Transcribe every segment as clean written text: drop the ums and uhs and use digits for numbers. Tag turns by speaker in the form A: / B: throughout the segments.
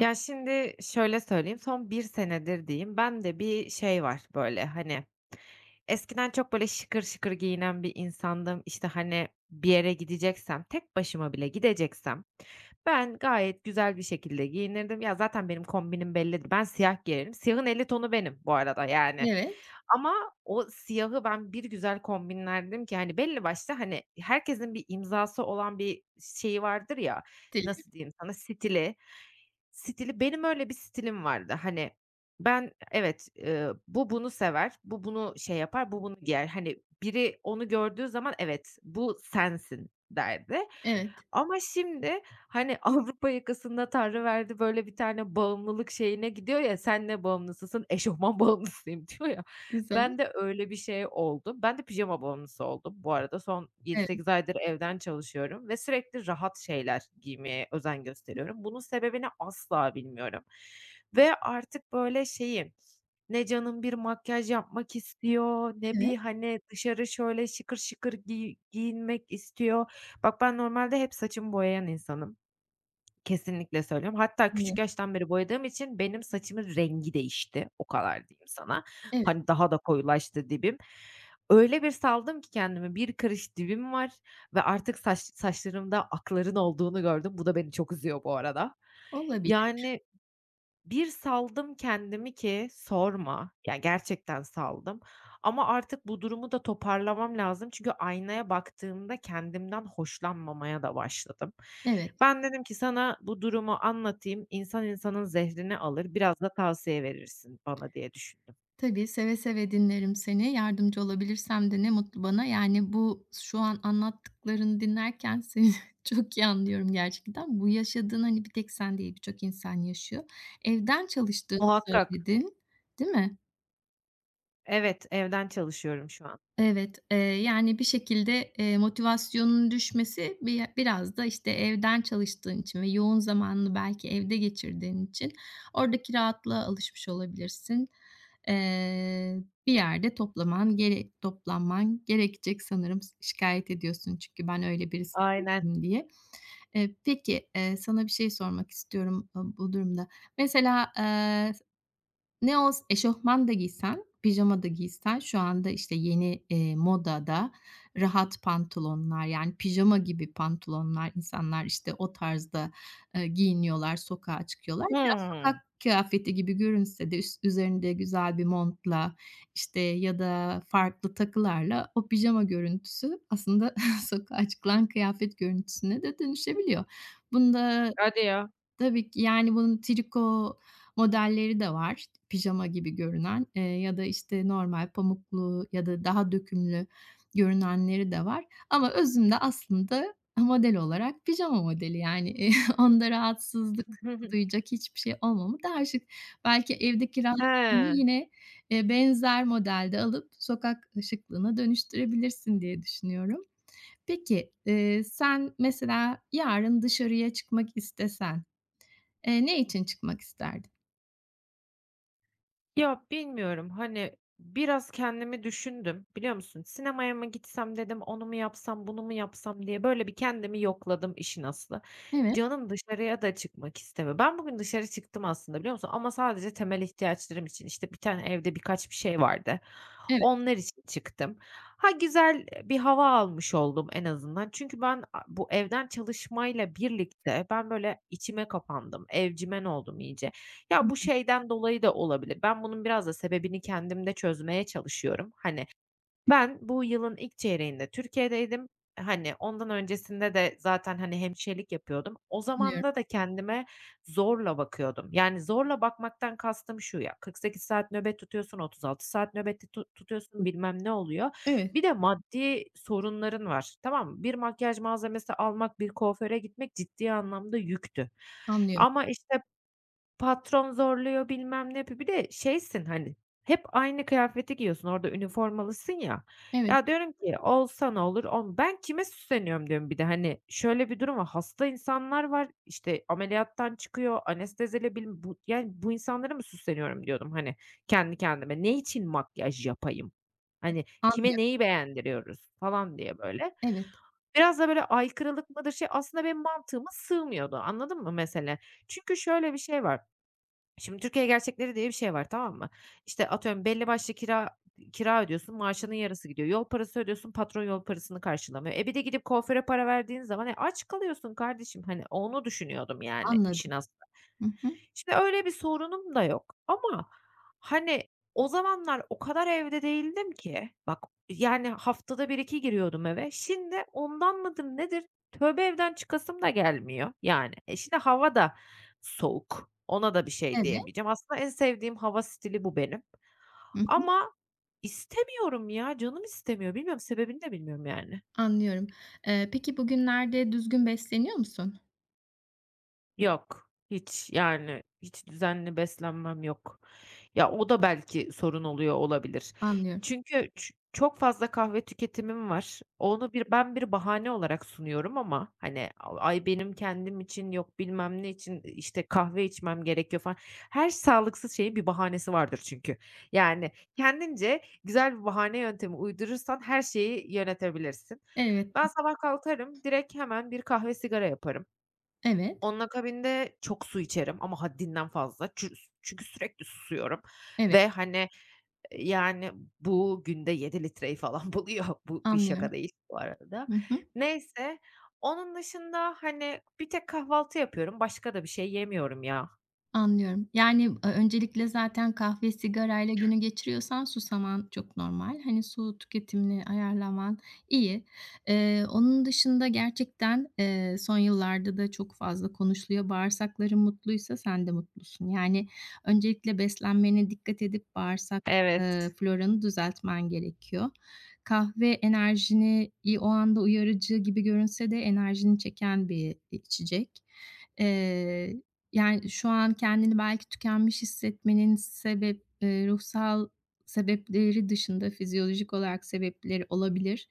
A: Ya, şimdi şöyle söyleyeyim, son bir senedir diyeyim, ben de bir şey var, böyle, hani, eskiden çok, böyle, şıkır şıkır giyinen bir insandım. İşte, hani, bir yere gideceksem, tek başıma bile gideceksem ben gayet güzel bir şekilde giyinirdim. Ya, zaten benim kombinim bellidir. Ben siyah giyerim. Siyahın 50 tonu benim bu arada, yani.
B: Evet,
A: Ama o siyahı ben bir güzel kombinlerdim ki, hani, belli başta hani, herkesin bir imzası olan bir şeyi vardır ya,
B: stil.
A: nasıl diyeyim sana, stili. Stili benim öyle bir stilim vardı. Hani, ben evet, bu bunu sever, bu bunu şey yapar, bu bunu giyer. Hani, biri onu gördüğü zaman, "Evet, bu sensin." derdi.
B: Evet,
A: Ama şimdi, hani, Avrupa Yakası'nda Tanrıverdi böyle bir tane bağımlılık şeyine gidiyor ya, "Sen ne bağımlısısın?" "Eşofman bağımlısıyım." diyor ya. Ben
B: güzel.
A: de öyle bir şey oldum. Ben de pijama bağımlısı oldum bu arada. Son yedi
B: Evet,
A: sekiz aydır evden çalışıyorum ve sürekli rahat şeyler giymeye özen gösteriyorum. Bunun sebebini asla bilmiyorum ve artık böyle şeyim, ne canım bir makyaj yapmak istiyor, ne bir,
B: evet,
A: hani, dışarı şöyle şıkır şıkır giyinmek istiyor. Bak, ben normalde hep saçımı boyayan insanım. Kesinlikle söylüyorum. Hatta küçük
B: evet,
A: yaştan beri boyadığım için benim saçımın rengi değişti. O kadar diyeyim sana.
B: evet,
A: Hani, daha da koyulaştı dibim. Öyle bir saldım ki kendimi, bir karış dibim var ve artık saçlarımda akların olduğunu gördüm. Bu da beni çok üzüyor bu arada.
B: olabilir.
A: Yani bir saldım kendimi ki sorma. Ya, gerçekten saldım ama artık bu durumu da toparlamam lazım. Çünkü aynaya baktığımda kendimden hoşlanmamaya da başladım.
B: Evet,
A: Ben dedim ki sana bu durumu anlatayım, insan insanın zehrini alır, biraz da tavsiye verirsin bana diye düşündüm.
B: tabii, seve seve dinlerim seni. Yardımcı olabilirsem de ne mutlu bana. Yani, bu şu an anlattıklarını dinlerken seni çok iyi anlıyorum gerçekten. Bu yaşadığın, hani, bir tek sen değil, birçok insan yaşıyor. Evden çalıştığını
A: Muhakkak.
B: söyledin, değil mi?
A: Evet, evden çalışıyorum şu an.
B: Evet, yani bir şekilde, motivasyonunun düşmesi biraz da, işte, evden çalıştığın için ve yoğun zamanını belki evde geçirdiğin için oradaki rahatlığa alışmış olabilirsin. Eee, Bir yerde toplaman gere toplanman gerekecek sanırım. Şikayet ediyorsun çünkü ben öyle birisi
A: Aynen.
B: değilim diye. Peki, sana bir şey sormak istiyorum, bu durumda. Mesela, ne olsa eşofman da giysen, pijama da giysen şu anda, işte, yeni, modada rahat pantolonlar, yani, pijama gibi pantolonlar, insanlar, işte, o tarzda, giyiniyorlar, sokağa çıkıyorlar. Biraz sokak
A: Hımm.
B: kıyafeti gibi görünse de üzerinde güzel bir montla, işte, ya da farklı takılarla o pijama görüntüsü aslında sokağa çıkılan kıyafet görüntüsüne de dönüşebiliyor. Bunda,
A: Hadi ya.
B: tabii ki, yani, bunun triko modelleri de var, pijama gibi görünen, ya da, işte, normal pamuklu ya da daha dökümlü görünenleri de var ama özünde aslında model olarak pijama modeli, yani, onda rahatsızlık duyacak hiçbir şey olmamı daha şık. Belki evdeki rahatlığını
A: He.
B: yine, benzer modelde alıp sokak şıklığına dönüştürebilirsin diye düşünüyorum. Peki, sen mesela yarın dışarıya çıkmak istesen ne için çıkmak isterdin?
A: Ya, bilmiyorum, hani, biraz kendimi düşündüm, biliyor musun? Sinemaya mı gitsem dedim, onu mu yapsam, bunu mu yapsam diye böyle bir kendimi yokladım işin aslı.
B: Evet,
A: Canım dışarıya da çıkmak istemiyor. Ben bugün dışarı çıktım aslında, biliyor musun? Ama sadece temel ihtiyaçlarım için. İşte bir tane evde birkaç bir şey vardı.
B: evet.
A: Onlar için çıktım. Ha, güzel, e, bir hava almış oldum en azından. Çünkü ben bu evden çalışmayla birlikte ben böyle içime kapandım, evcimen oldum iyice.
B: Hı
A: Ya, bu
B: hı,
A: şeyden dolayı da olabilir. Ben bunun biraz da sebebini kendimde çözmeye çalışıyorum. Hani, ben bu yılın ilk çeyreğinde Türkiye'deydim. Hani, ondan öncesinde de zaten, hani, hemşirelik yapıyordum. O
B: anlıyorum.
A: zamanda da kendime zorla bakıyordum. Yani zorla bakmaktan kastım şu ya, 48 saat nöbet tutuyorsun, 36 saat nöbeti tutuyorsun, bilmem ne oluyor.
B: Evet,
A: Bir de maddi sorunların var, tamam mı? Bir makyaj malzemesi almak, bir kuaföre gitmek ciddi anlamda yüktü.
B: anlıyorum.
A: Ama, işte, patron zorluyor, bilmem ne yapıyor. Bir de şeysin, hani, hep aynı kıyafeti giyiyorsun, orada üniformalısın ya.
B: Evet,
A: Ya, diyorum ki olsa ne olur, ben kime süsleniyorum diyorum bir de, hani, şöyle bir durum var, hasta insanlar var, işte, ameliyattan çıkıyor, anesteziyle bilim bu yani, bu insanlara mı süsleniyorum diyordum, hani, kendi kendime. Ne için makyaj yapayım? Hani, kime
B: anlıyorum.
A: neyi beğendiriyoruz falan diye böyle.
B: Evet,
A: Biraz da böyle aykırılık mıdır, şey, aslında benim mantığıma sığmıyordu, anladın mı mesele? Çünkü şöyle bir şey var. Şimdi Türkiye gerçekleri diye bir şey var, tamam mı? İşte, atıyorum belli başlı kira ödüyorsun, maaşının yarısı gidiyor. Yol parası ödüyorsun, patron yol parasını karşılamıyor. E, bir de gidip kuaföre para verdiğin zaman, e, aç kalıyorsun kardeşim. Hani, onu düşünüyordum yani işin
B: anladım.
A: as
B: Hı hı.
A: Şimdi öyle bir sorunum da yok ama, hani, o zamanlar o kadar evde değildim ki, bak, yani, haftada bir iki giriyordum eve. Şimdi ondan mıdır nedir, tövbe evden çıkasım da gelmiyor, yani. E, şimdi hava da soğuk, ona da bir şey
B: Evet.
A: diyemeyeceğim. Aslında en sevdiğim hava stili bu benim
B: Hı hı.
A: ama istemiyorum ya, canım istemiyor. Bilmiyorum, sebebini de bilmiyorum yani.
B: Anlıyorum. Peki bugünlerde düzgün besleniyor musun?
A: Yok, hiç, yani, hiç düzenli beslenmem yok. Ya, o da belki sorun oluyor olabilir.
B: Anlıyorum.
A: Çünkü çok fazla kahve tüketimim var. Onu bir ben bir bahane olarak sunuyorum ama, hani, ay, benim kendim için, yok bilmem ne için, işte, kahve içmem gerekiyor falan. Her sağlıksız şeyin bir bahanesi vardır çünkü. Yani, kendince güzel bir bahane yöntemi uydurursan her şeyi yönetebilirsin.
B: Evet.
A: Ben sabah kalkarım, direkt hemen bir kahve sigara yaparım.
B: Evet,
A: Onun akabinde çok su içerim ama haddinden fazla. Çünkü sürekli susuyorum
B: evet.
A: ve, hani, e, yani, bu günde 7 litreyi falan buluyor. Bu bir
B: Anlıyorum.
A: şaka değil bu arada.
B: Hı hı.
A: Neyse, onun dışında, hani, bir tek kahvaltı yapıyorum. Başka da bir şey yemiyorum ya.
B: Anlıyorum. Yani, öncelikle zaten kahve, sigarayla günü geçiriyorsan susaman çok normal. Hani, su tüketimini ayarlaman iyi. Onun dışında gerçekten, son yıllarda da çok fazla konuşuluyor. Bağırsakların mutluysa sen de mutlusun. Yani, öncelikle beslenmene dikkat edip bağırsak,
A: Evet,
B: floranı düzeltmen gerekiyor. Kahve enerjini o anda uyarıcı gibi görünse de enerjini çeken bir içecek. Eee yani, şu an kendini belki tükenmiş hissetmenin sebep ruhsal sebepleri dışında fizyolojik olarak sebepleri olabilir,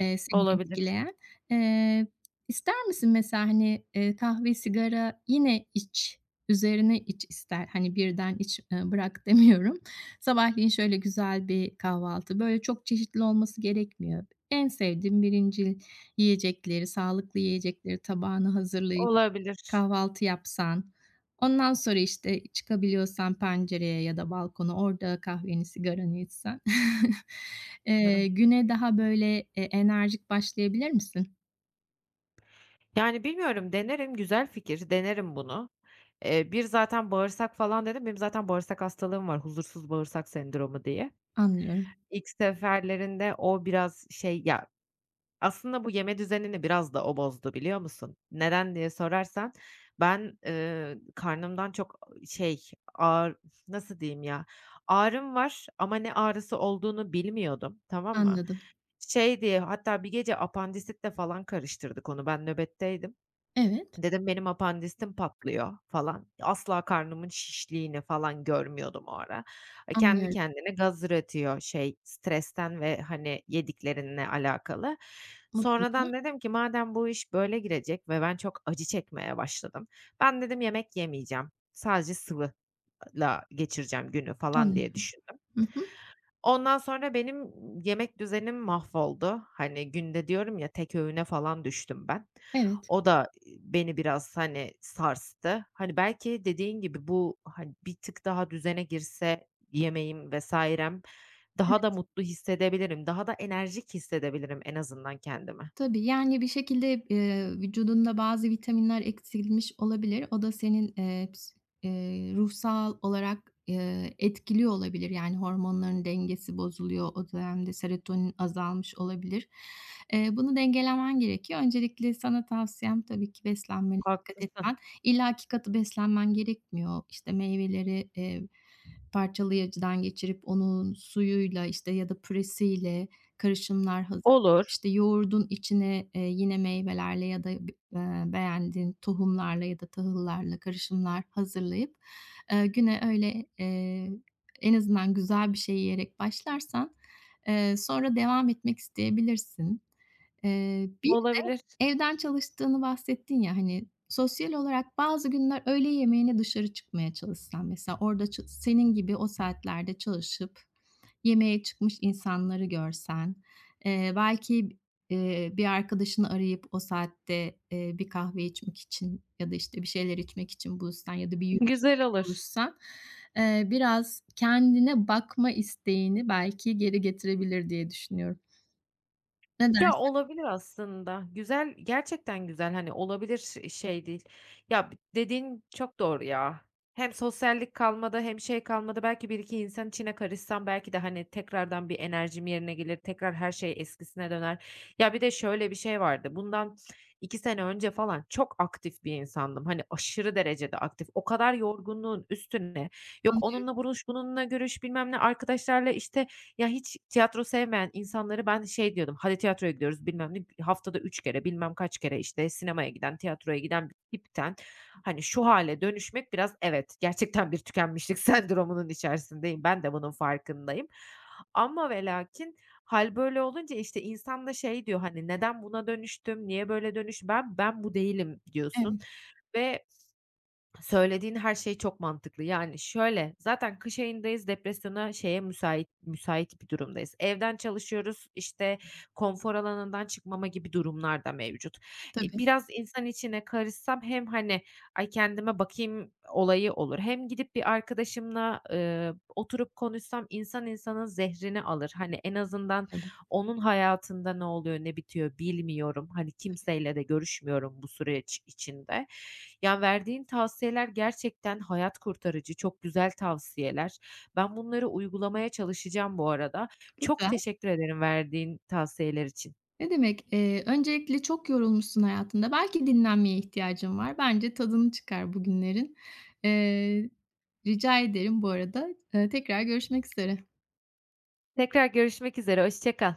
B: seni
A: olabilir,
B: etkileyen. Eee, ister misin mesela, hani, kahve, sigara yine iç, üzerine iç ister. Hani, birden iç, bırak demiyorum. Sabahleyin şöyle güzel bir kahvaltı, böyle çok çeşitli olması gerekmiyor. En sevdiğin birincil yiyecekleri, sağlıklı yiyecekleri tabağına hazırlayıp
A: olabilir.
B: kahvaltı yapsan, ondan sonra, işte, çıkabiliyorsan pencereye ya da balkona, orada kahveni, sigaranı içsen,
A: Hı hı.
B: güne daha böyle, e, enerjik başlayabilir misin?
A: Yani, bilmiyorum, denerim, güzel fikir, denerim bunu. Bir zaten bağırsak falan dedim. Benim zaten bağırsak hastalığım var, huzursuz bağırsak sendromu diye.
B: Anlıyorum,
A: İlk seferlerinde o biraz şey ya, aslında bu yeme düzenini biraz da o bozdu, biliyor musun? Neden diye sorarsan ben, karnımdan çok şey ağır nasıl diyeyim ya, ağrım var ama ne ağrısı olduğunu bilmiyordum, tamam mı?
B: anladım.
A: Şey diye hatta bir gece apandisit de falan karıştırdık onu, ben nöbetteydim.
B: Evet,
A: Dedim benim apandistim patlıyor falan. Asla karnımın şişliğini falan görmüyordum o ara. E, kendi
B: anlıyorum.
A: kendine gaz üretiyor şey stresten ve, hani, yediklerinle alakalı.
B: Mutlaka
A: Sonradan dedim ki madem bu iş böyle girecek ve ben çok acı çekmeye başladım. Ben dedim yemek yemeyeceğim. Sadece sıvıyla geçireceğim günü falan diye
B: anlıyorum.
A: düşündüm.
B: Hı hı,
A: Ondan sonra benim yemek düzenim mahvoldu. Hani, günde diyorum ya, tek öğüne falan düştüm ben.
B: evet.
A: O da, beni biraz, hani, sarstı. Hani, belki dediğin gibi bu, hani, bir tık daha düzene girse yemeğim vesairem daha da mutlu hissedebilirim, daha da enerjik hissedebilirim en azından kendimi.
B: Tabii, yani, bir şekilde, vücudunda bazı vitaminler eksilmiş olabilir. O da senin, ps ruhsal olarak, etkiliyor olabilir. Yani, hormonların dengesi bozuluyor. O dönemde serotonin azalmış olabilir. Bunu dengelemen gerekiyor. Öncelikle sana tavsiyem tabii ki beslenmene dikkat
A: Haklısın.
B: etmen. İllaki katı beslenmen gerekmiyor. İşte, meyveleri, parçalayıcıdan geçirip onun suyuyla, işte, ya da püresiyle karışımlar hazırlayıp
A: Olur,
B: işte yoğurdun içine, yine meyvelerle ya da beğendiğin tohumlarla ya da tahıllarla karışımlar hazırlayıp, güne öyle, en azından güzel bir şey yiyerek başlarsan, sonra devam etmek isteyebilirsin. Bir
A: olabilir.
B: Evden çalıştığını bahsettin ya, hani, sosyal olarak bazı günler öğle yemeğine dışarı çıkmaya çalışsan mesela orada senin gibi o saatlerde çalışıp yemeğe çıkmış insanları görsen, belki, bir arkadaşını arayıp o saatte, bir kahve içmek için ya da, işte, bir şeyler içmek için buluşsan ya da bir yürüyüş
A: Güzel
B: için
A: olur.
B: buluşsan, biraz kendine bakma isteğini belki geri getirebilir diye düşünüyorum. Ne
A: Ya,
B: dersin?
A: olabilir aslında. Güzel, gerçekten güzel. Hani, olabilir şey değil. Ya, dediğin çok doğru ya. Hem sosyallik kalmadı hem şey kalmadı. Belki bir iki insan içine karışsam belki de, hani, tekrardan bir enerjim yerine gelir, tekrar her şey eskisine döner. Ya, bir de şöyle bir şey vardı. Bundan 2 sene önce falan çok aktif bir insandım. Hani, aşırı derecede aktif. O kadar yorgunluğun üstüne, yok onunla buruş, bununla görüş, bilmem ne, arkadaşlarla, işte, ya, hiç tiyatro sevmeyen insanları ben şey diyordum, "Hadi tiyatroya gidiyoruz." bilmem ne, haftada 3 kere, bilmem kaç kere, işte, sinemaya giden, tiyatroya giden bir tipten, hani, şu hale dönüşmek biraz evet, gerçekten bir tükenmişlik sendromunun içerisindeyim. Ben de bunun farkındayım. Ama ve lakin hâl böyle olunca, işte, insan da şey diyor, hani, "Neden buna dönüştüm? Niye böyle Ben bu değilim." diyorsun
B: Evet,
A: ve söylediğin her şey çok mantıklı. Yani, şöyle, zaten kış ayındayız, depresyona, şeye müsait bir durumdayız. Evden çalışıyoruz, işte, konfor alanından çıkmama gibi durumlar da mevcut. E,
B: tabii.
A: biraz insan içine karışsam hem, hani, "Ay, kendime bakayım." olayı olur hem gidip bir arkadaşımla, oturup konuşsam insan insanın zehrini alır. Hani, en azından
B: Anladım.
A: onun hayatında ne oluyor, ne bitiyor bilmiyorum. Hani, kimseyle de görüşmüyorum bu süreç içinde. Yani verdiğin tavsiyeler gerçekten hayat kurtarıcı, çok güzel tavsiyeler. Ben bunları uygulamaya çalışacağım bu arada. Çok
B: Güzel.
A: teşekkür ederim verdiğin tavsiyeler için.
B: Ne demek? Öncelikle çok yorulmuşsun hayatında. Belki dinlenmeye ihtiyacın var. Bence tadını çıkar bugünlerin. Eee, Rica ederim bu arada. Tekrar görüşmek üzere.
A: Tekrar görüşmek üzere, hoşça kal.